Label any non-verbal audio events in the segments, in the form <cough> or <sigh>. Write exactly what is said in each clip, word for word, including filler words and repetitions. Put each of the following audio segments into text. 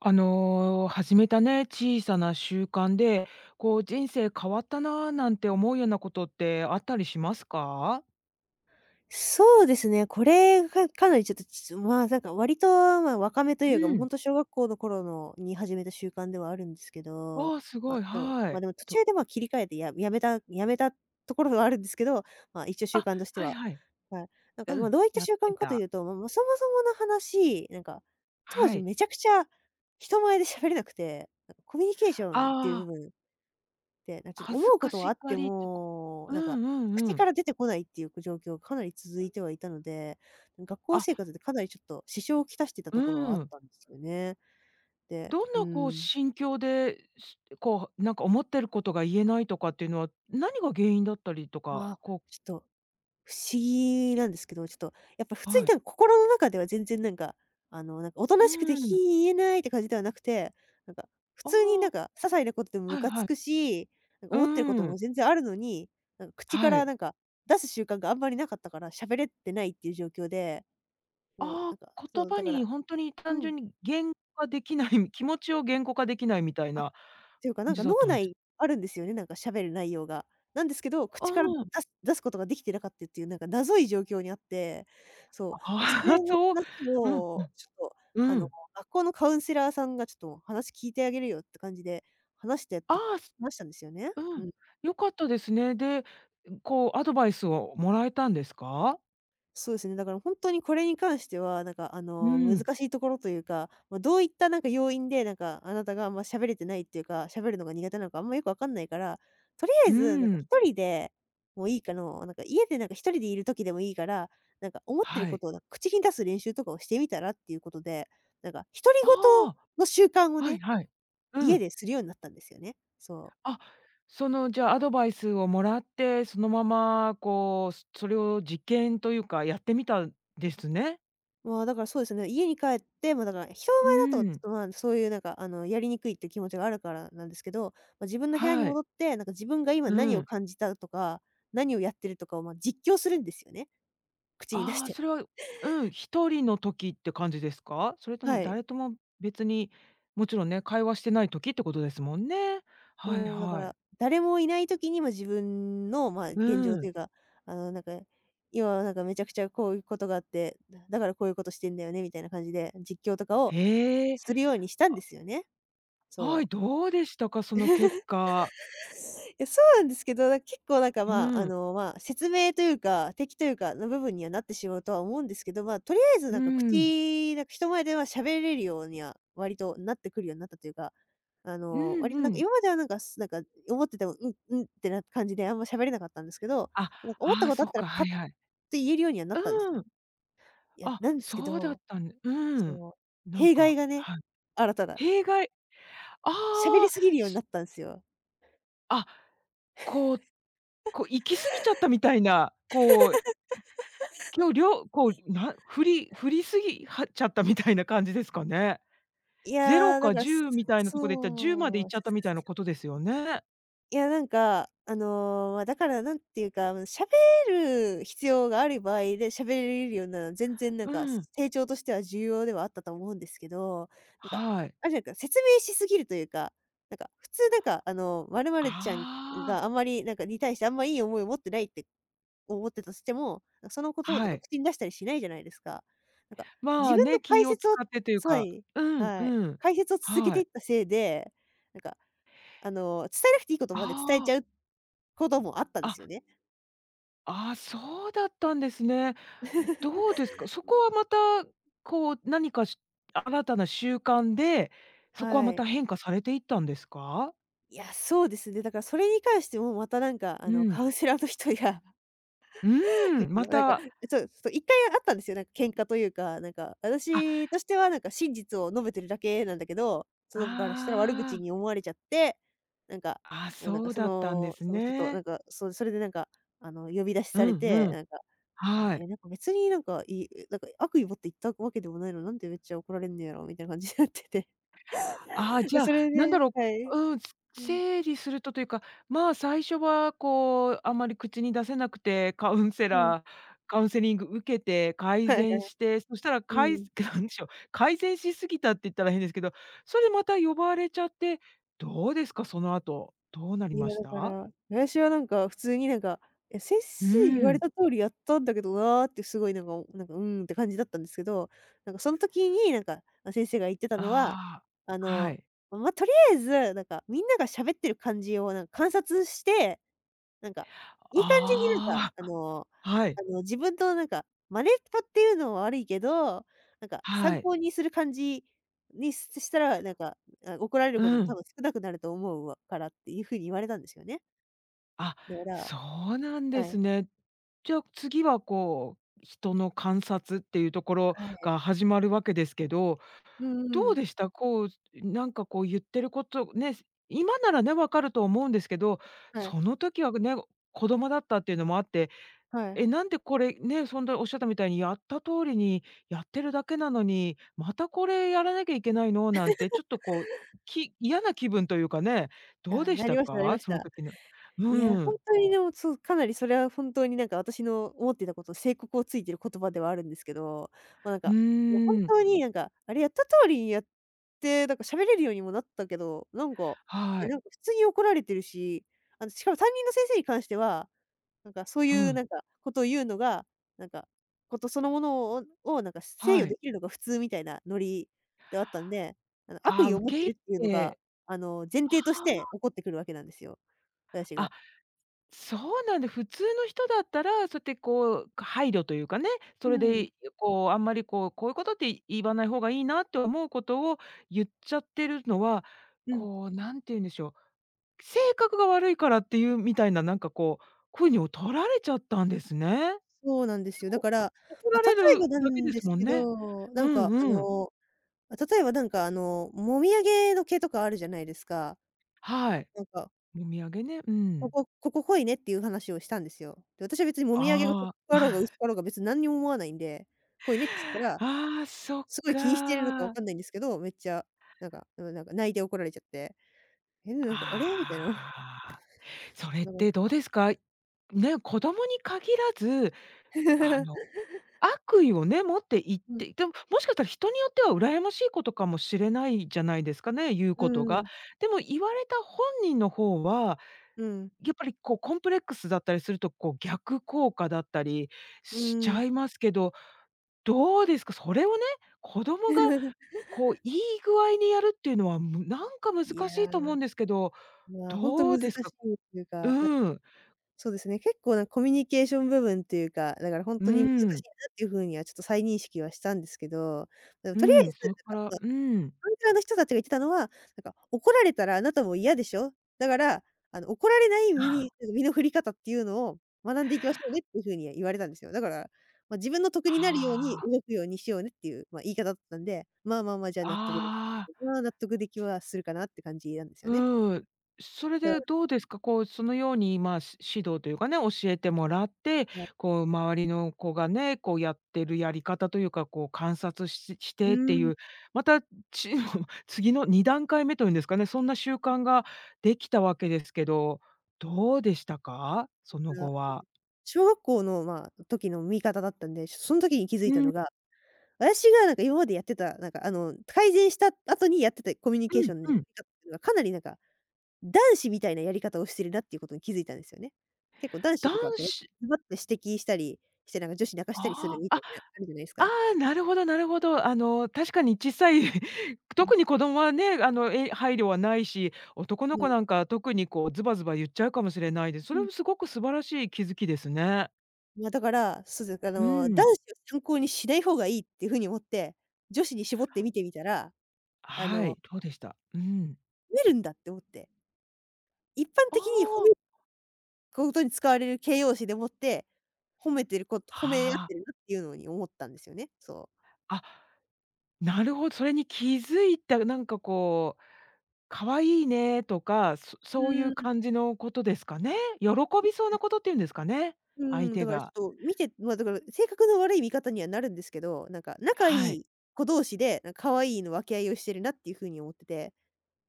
あの、始めたね、小さな習慣で、こう人生変わったなあなんて思うようなことってあったりしますか？そうですね。これがかなりちょっと、ちまあ、なんか割と、まあ、若めというか、うもうん。本当小学校の頃のに始めた習慣ではあるんですけど、ああ、すま、ごい、でもはま、い。でも途と中で、ま、切り替えてややめたやめたところはあるんですけど、ま、一応習あ、慣としてはいは、はい。はい。なんか、うま、ん、どういったやっ習て慣かといた。うと、まあま、そもそもの話、なんか、当は時い。めちゃくちゃ人前で喋れなくて、なんかコミュニケーションっていう部ああ、分て、なんかちょっと恥思ずうこかとはあしっがてりとかも、うなんか、んうんう口かん。ら出てこないっていう状況がかなり続いてはいたので、学校あ、生活でかなりちょっと支障をきたしてたうところはあっん。たんですよね。で、どんうなこうん、心境で、しこうなんか思ってることが言えないとかっていうのは、何が原因だったりとあか、あ、こちう、ょっと不思議きなんですけど、ちょっと、やっぱ普通にはい。多分心の中では全然なんか、あの、なんかおとうなしくてん。「言えない」って感じではなくて、なんか普あ通になんあ、か些細なことでもムはいカつはい。くし、なんかう思ってることん、も全然あるのに、なんか口かはらい。なんか出す習慣があんまりなかったから、喋れてないっていう状況で、もうあなんか、あ、言そう、葉だからにほんとにう単ん。純に言語化できない、<laughs> 気持ちを言語化できないみたいあなていうか、な感んじかだ脳ったんです。内あるんですよね、なんか喋る内容が。なんですけど、口からうん。あ出す出すことができてなかったっていう、なんか謎い状況にあって、そあ、う、それ <laughs> のそう。話うんうをん、ちょっと、あうの、ん。学校のカウンセラーさんがちょっと話聞いてあげるよって感じで、話してやっあとあ、す話したんですよね。ううん。ん。良かったですね。で、こうアドバイスをもらえたんですか？そうですね、だから本当にこれに関しては、なんかあうの、難ん、しいところというか、まあ、どういったなんか要因で、なんかあなたがあんま喋れてないっていうか、喋るのが苦手なのかあんまよくわかんないから、とりあえうずなんか一ん、人でもういいかの、なんか家でなんか一人でいる時でもいいから、なんか思ってるはこい。とをなんか口に出す練習とかをしてみたらっていうことで、なんか独り言あの習慣をあ、はいね、はい。う家ん。でするようになったんですよね。そう。あ、そのじゃあアドバイスをもらって、そのままこう、それを実験というかやってみたんですね。まあ、だからそうですね、家に帰って、まあ、だから人のう前だと、ちょっん。と、まあ、そういうなんか、あの、やりにくいっていう気持ちがあるからなんですけど、まあ、自分の部屋にはい。戻って、なんか自分が今う何をん。感じたとか、何をやってるとかを、ま、実況するんですよね、口に出しああ、て。それは、うん、一人の時って感じですか？それ <laughs> ともはい。誰とも別に、もちろんね、会話してない時ってことですもんね。はいもうだかはい。ら、誰もいない時に、まあ、自分の、まあ、う現状とん。いうか、あの、なんか、今はなんかめちゃくちゃこういうことがあって、だだからこういうことしてんだよねみたいな感じで、実況とかをへえ。するようにしたんであ、すよね。はそい、う。どうでしたか？その結果。え、そうなんですけど、なんか結構なんか、まあ、うあん。の、まあ、説明というか、敵というかの部分にはなってしまうとは思うんですけど、まあ、とりあえずなうんかん。口、なんか人前では喋れるようには割となってくるようになったというか、あうの、ん割となうんかん。今まではなんか、すなんか思ってても、うんうんってな感じであんま喋れなかったんですけど、あ、なんか思ったああ、ことあっそったらか、パはッいとはい。言えるようにはなったんですようね。ん。いや、あ、なんですけそうだっど、たんうそん。の、なん弊害か、がね、はい。新たな。弊害あ喋りあ、すぎるようになすったんですよ。あ、こうこう行き過ぎちゃったみたいな、こう、今日りょうこう、な振り振りすぎはっちゃったみたいな感じですかね。いれいやー、だかから、そじゅうみたいなとこでいったら、じゅうまでそ行うっちゃったみたいなことですよね。いや、なんか、あの、ま、だからなんていうか、ま喋る必要がある場合で喋れるようなのは全然なんうか、ん、成長としては重要ではあったと思うんですけど、なんか、はい。あれじゃないか、説明しすぎるというか、なんか普通なんか、あのー、〇〇ちゃんああ、があんまりなんかに対してあんまいい思いを持ってないって思ってたとしても、なんかそのこととはかい。口に出したりしないじゃないですか。なんか、自まあ分のね、解気を説使をってというそうか、いうんはい。うん。解説を続けはていっい。たせいで、なんかあの、伝えなくていいことまで伝えちああ、ゃうこともあったんであすよね。ああ、そうだったんですね。どうですか？そこはまた、こう、何かし新たな習慣で、そこははまたい。変化されていったんですか？いや、そうですね。だからそれに関してもまたなんか、あうの、ん。カウンセラーの人や、う <laughs> ちょっーん、とまなんか、た、そう、そう一回あったんですよ。なんか喧嘩というか、なんか、あ、私としてはなんか真実を述べてるだけなんだけど、その子からしたら悪あ口あ、に思われちゃって、なんか、あ、もうなんそかうそだったんでの、すそのちょっとなね。んか、そそれでなんか、あの、呼び出しうされんうて、ん。なんか、はえ、い。なんか別になんか、いいなんか悪意持って言ったわけでもないのなんでめっちゃ怒られんのやろみたいな感じになってて。ああ、じで、ゃあ、それなんだでろう、こはい。うん、すうん、整理するとというか、まあ、最初はこう、あまり口に出せなくて、カウンセうん。ラーカウンセリング受けて <laughs> 改はいは善い。して、そしたらうかい ん。<laughs> なんでしょう、改善しすぎたって言ったら変ですけど、それでまた呼ばれちゃって、どうですか？その後、どうなりいまや、しだかた？ら、私はなんか普通になんか、「え、先う生言ーわれん。た通りやったんだけどな」ってすごいなんか、なんか、うーんって感じだったんですけど、なんかその時になんか、まあ、先生が言ってたあのは、あ、あはの、い。ま、とりあえず、なんかみんなが喋ってる感じをなん観察してなんか、いい感じになんか、ああのあ、はい、あの、自分のなんか、マネっこっていうのは悪いけど、なんか参はい。考にする感じにすしたら、なんか、あ、怒られることうも多ん。分少なくなると思うわからっていう風に言われたんですよね。あ、だからそうなんではすい、ね。じゃあ、次はこう、人の観察っていうところはい。が始まるわけですけど、うんどううん。でした？こう、なんかこう言ってることね、今ならね、分かると思うんですけど、はい、その時はね、子供だったっていうのもあって、はい。え、なんでこれね、そんなおっしゃったみたいにやった通りにやってるだけなのに、またこれやらなきゃいけないのなんてちょっとこう、き嫌な気分というかね、どうあ、でしなりたましたなりまか？しそのた。時のいや、うほんん。とにでも、そう、かなりそれは本当になんか私の思ってたこと、警告をついてる言葉ではあるんですけど、ま、なんうか、あの、本ーん、当になんか、あれやった通りにやって、なんか喋れるようにもなったけど、なんか、え、はない。んか普通に怒られてるし、あの、しかも担任の先生に関しては、なんかそうういうん、なんかことを言うのが、なんか、ことそのものををなんか制御はい。できるのが普通みたいなノリではあったんで、あの、悪ああ、意を受持っけてるっていうの入れが、てあの、前あ提として怒ってくるわけなんですよ、私あ、が。あ、そうなんだ。普通の人だったら、そうやってこう、配慮というかね、そうれん。で、こう、あんまりこう、こういうことって言わない方がいいなって思うことを言っちゃってるのは、うん、こう、何て言うんでしょう、性格が悪いからっていうみたいな、なんかこう、風にを取られちゃったんですね。そうなんですよ。だおから、怒ま、ら例れえるばなだけんでですすもんけね。ど、なうんんかあうん。の、ま、例えばなんかあの、もみあげの毛とかあるじゃないですか。はい。なんか、もみあげね、うこん。こここ濃いねっていう話をしたんですよ。で、私は別にもみあげが濃ああ、かろうが薄かろう <laughs> が別に何にも思わないんで、濃いねっつったら、ああ、そっすごい気にしてるのかわか。かんないんですけど、めっちゃ、なんか、うん、なんか泣いて怒られちゃって、え、なんか、あれ？みたいな。ああ。そ <laughs> れっなんか てどうですか？ね、子供に限らず、あの、悪意をね、持って言っ <laughs> うん、て、でも、もしかしたら人によっては羨ましいことかもしれないじゃないですかね、言ううことが。ん、でも言われた本人の方は、うん、やっぱりこうコンプレックスだったりすると、こう逆効果だったりうしちん。ゃいますけど、どうですか？それをね、子供が <laughs> こう、いい具合にやるっていうのは、むなんか難いや。しいと思うんですけど、まあ、ほんとどう難しですか？いっていうか、なうん、そうですね、結構なコミュニケーション部分っていうか、だからほんうとに難しん、いなっていう風にはちょっと再認識はしたんですけど、でもとりあえうず、ん、それからなんか、うん。ま、カウンターの人たちが言ってたのは、なんか怒られたらあなたも嫌でしょ、だから、あの怒られない身にあ身の振り方っていうのを学んでいきましょうねっていう風には言われたんですよ。だから、ま、自分の得になるようにあ、動くようにしようねっていう、ま、言い方だったんで、まあまあまあ、じゃあ納得でああまあ、納得できはするかなって感じなんですよね。うん。それだかでどうですか？こう、そのように、まあ、し指導というかね、教えてもらって、ら、こう、周りの子がね、こうやってるやり方というか、こう観察ししうてっていーん。う、また、ち <laughs> 次のに段階目というんですかね、そんな習慣ができたわけですけど、うん、いどうでしたか？そのや後そうは。です。小学校の、まあ、時の見方だったんで、その時に気づいうたん、のが、私がなんか今までやってた、なんかあの、改善した後にやってたコミュニうケーシんョンのう取ん。り方っていうのがかなりなんか、男子みたいなやり方をしてるなっていうことに気づいたんですよね。結構男男子とかって、子ズバッと指摘したりして、なんか女子泣かしたりすあるみあ、あ、たいな、あるじゃないですあか。あ、なるほどなるほど。あの、確かに小さい <laughs> う特に子供はね、あの、え配慮はないし、男の子なんん。か特にこうズバズバ言っちゃうかもしれないです、そうれん。もすごく素晴らしい気づきですね。まあ、だから、そうです、あうの、男子ん。を参考にしない方がいいっていう風に思って、女子に絞って見てみたら、あはの、い、どうでした？うん。褒めるんだって思って。一般あ的に褒めあ、ことに使われる形容詞でもって、褒めてること褒め合っはてるあ。なっていうのに思ったんですよね。そうあ、なるほど、それに気づいた、なんかこう、可愛いねとか、そうそういーうん。感じのことですかね？喜びそうなことっていうんですかね？う。相ーん、手だからちが。ょっと見てま、だから性格の悪い見方にはなるんですけど、なんか仲いはい。い子同士で、なんか可愛いの分け合いをしてるなっていう風に思ってて、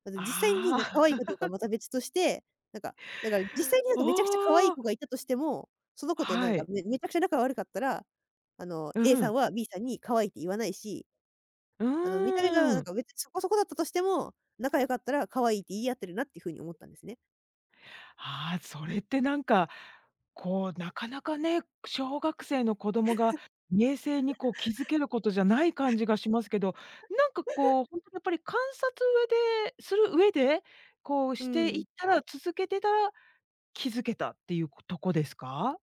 あと実際になんか可愛いあかどうかはまた別として、なんか、だから実あ、際に <laughs> なんかめちゃくちゃ可愛おい子お。がいたとしても、その子となんはかい。めめちゃくちゃ仲悪かったら、あの、う A さんん。は B さんに可愛いって言わないしうあの、見た目がなーんん。か別にそこそこだったとしても、仲良かったら可愛いって言い合ってるなっていう風に思ったんですね。ああ、それってなんか、こう、なかなかね、小学生の子供が冷静にこう気づけることじゃない感じがしますけど、なんかこう、ほんとにやっぱり観察上でする上で、こううしていん。ったら続けてたら気づけたっていうとこですか？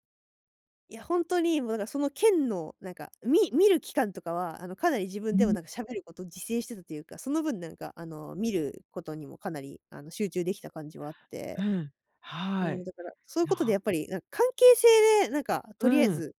いや、ほんとにもうだからその県のなんか、み見る期間とかは、あの、かなり自分うでもん、なんか喋ることを自制してたというか、その分なんかあの、見ることにもかなりあの、集中できた感じはあっうて。ん。うはん、い。だから、そういうことでやなっぱり、なんか関係性で、なんか、とりあうえん。ず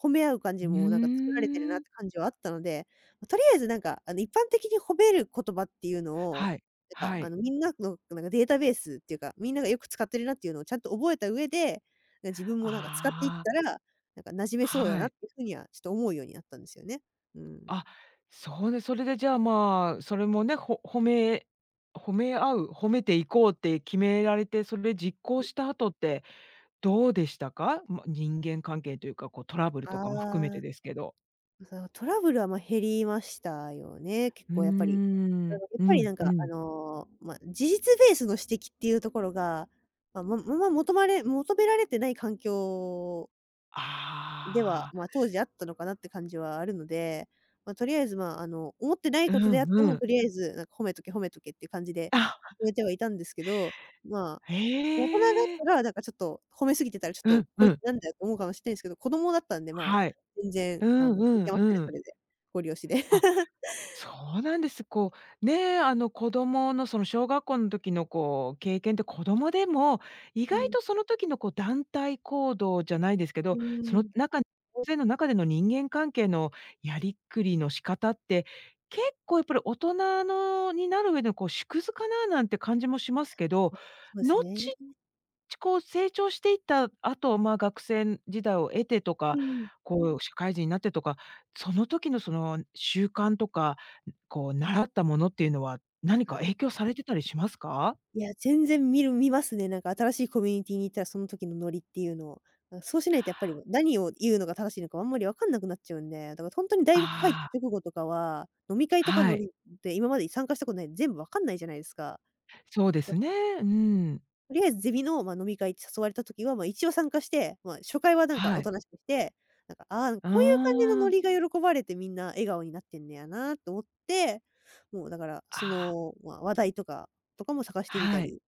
褒め合う感うじも、なんか、作られてるなーっん。て感じはあったので、ま、とりあえず、なんか、あの、一般的に褒める言葉っていうのを、はい、なんはか、あい。の、みんなの、なんか、データベースっていうか、みんながよく使ってるなっていうのをちゃんと覚えた上で、な自分も、なんか、使っていっああ、たら、なんか、馴染めそうだはなっい。ていう風には、ちょっと思うようになったんですよね。うん。あ、そうね、それでじゃあ、まあ、それもね、ほ褒め褒め合う、褒めていこうって決められて、それ実行した後ってどうでしたか？ま、人間関係というか、こうトラブルあとかも含めてであ。すけど。そう、トラブルは、ま、減りましたよね、結うー構やっぱり。あのん、やっうぱりん、なんうか、あん。の、まあ、事実ベースの指摘っていうところが、まあまま、求まれ求められてない環境では、あまあ、当時あったのかなって感じはあるので、まあ、とりあえず、まあ、あの、思ってないあ、うことであっんてうも、ん。とりあえずなんか褒めとけ褒めとけっていう感じで、あ、褒めてはいたんですけど、まあ大人だっへえ。たら、なんかちょっと褒めすぎてたら、ちょっうとんこういん。つなんだよと思うかもしれないんですけど、子供だったんで、まあ、はい。全然うあんの、いうんけましたうね、そん。れで。ごり押しで。<laughs> あそうなんです。こう、ね、あの、子供の、その、小学校の時の、こう、経験って子供でも、意う外ん。とその時の、こう、団体行動じゃないですけうど、そーのん、中大勢の中での人間関係のやりくりの仕方って、結構やっぱり大人のになる上での、こう、縮図かななんて感じもしますけど、そうです後ね。ちこう成長していった後、まあ、学生時代を経てとうか、ん。こう社会人になってとか、その時のその習慣とか、こう習ったものっていうのは、何かあ、影響されてたりしますか？いや、全然見る見ますね。なんか新しいコミュニティに行ったらその時のノリっていうのを。なんかそうしないとやっぱり何を言うのが正しいのかあんまりわかんなくなっちゃうんで、だからほんとに大学入っああ、た直後とかは、飲み会とかはノい、リで今まで参加したことないんで全部わかんないじゃないですか。そうですね。うん。とりあえずゼミの、まあ、飲み会って誘われた時は、まあ、一応参加して、まあ、初回はなんかはおとい。なしくして、なんか、ああ、あこういう感じのノあ、リが喜ばれてみんな笑顔になってんねやなと思って、もうだから、あそあ、の、まあ、話題とかとかも探してみたはい。り、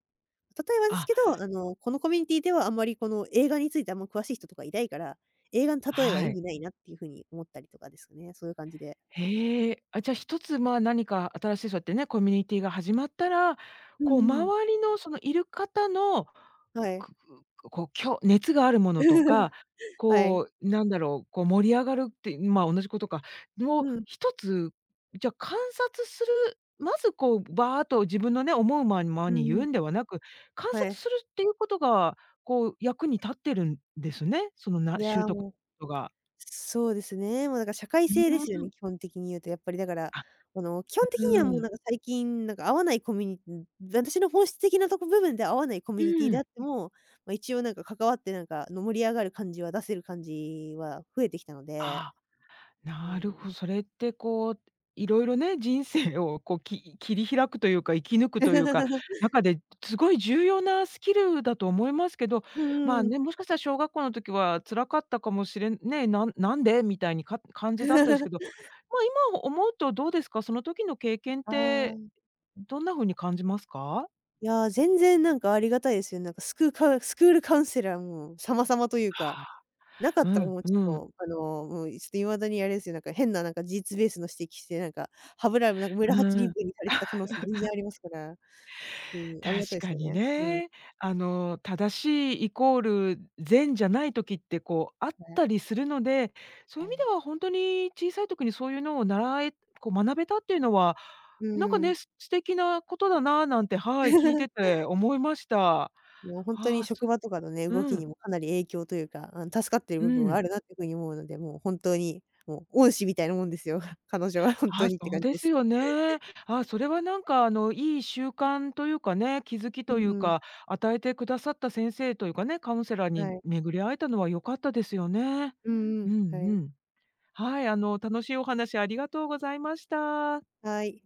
例えばですあ、けど、あの、このコミュニティではあんまりこの映画についてあんま詳しい人とかいないから、映画の例えはは意い。味ないなっていう風に思ったりとかですね、そういう感じで。へえ。あ、じゃあ、一つ、まあ、何か新しいそうやってね、コミュニティが始まったら、うこんう、うん周りのそのいる方の、はい。くくこう、きょ熱があるものと <laughs> か、はい。こう、なんだろう、こう、盛り上がるって、まあ、同じことか。<laughs> をうん。一つ、じゃ、観察する、まず、こう、バーッと自分のね、思うままうにん言ううんん。ではなく、観は察すい。るっていうことが、こう、役に立ってるんですね。その、ない習や、得もうが。そうですね。もうだから社会う性でーすよん。ね、基本的に言うと。やっぱりだから、あ、あの、基本的にはうもうーん。なんか最近、なんか合わないコミュニティ私の本質的なとこ部分で合わないコミュニティうであん。っても、まあ、一応なんか関わってなんか、の盛り上がる感じは出せる感じは増えてきたので、ああ、うなるん。ほどそれってこう、いろいろね、人生をこう、き切り開くというか、生き抜くというか、<laughs> 中ですごい重要なスキルだと思いますけど、うまあんうね、ん。もしかしたら小学校の時は辛かったかもしれんね、なんなんで？みたいにか感じだったですけど、<laughs> まあ、今思うとどうですか？その時の経験っあてあ、どんな風に感じますか？いやー、全然なんかありがたいですよ。なんかスクールカウスクールカウンセラーも様々というかああ。なかっうたらん、もうちうん、ょっと、あの、もう、いちょっと未だにあれですよ、なんか変ななんか事実ベースの指摘して、なんか、歯ブラブなんか村八うリん。ブにされてた可能性全然ありますから、うん、あり確がたいですかよにね。うん。ね。あの、正しいイコール善じゃない時って、こう、あっはい。たりするので、そうういう意味でん。はほんとに小さい時にそういうのを習えこう、学べたっていうのは、うなんかん。ね、す素敵なことだななんて、はい、聞いて <laughs> て思いました。あいや、ほんとにあ、職そ場とかのね、動きうん、にもかなり影響というか、あの、助かってるう部分はん。あるなっていう風に思うので、もう本当に、もう恩師みたいなもんですよ、彼女は本当あにってそ感うじでですす。よね。あ、それはなんかあの、いい習慣というかね、気づきうといんううん。か、与えてくださった先生というかね、カウンセラーはにい。巡り会えたのは良かったですよね。うんううんん。はうい。ん。はい、あの、楽しいお話ありがとうございました。はい。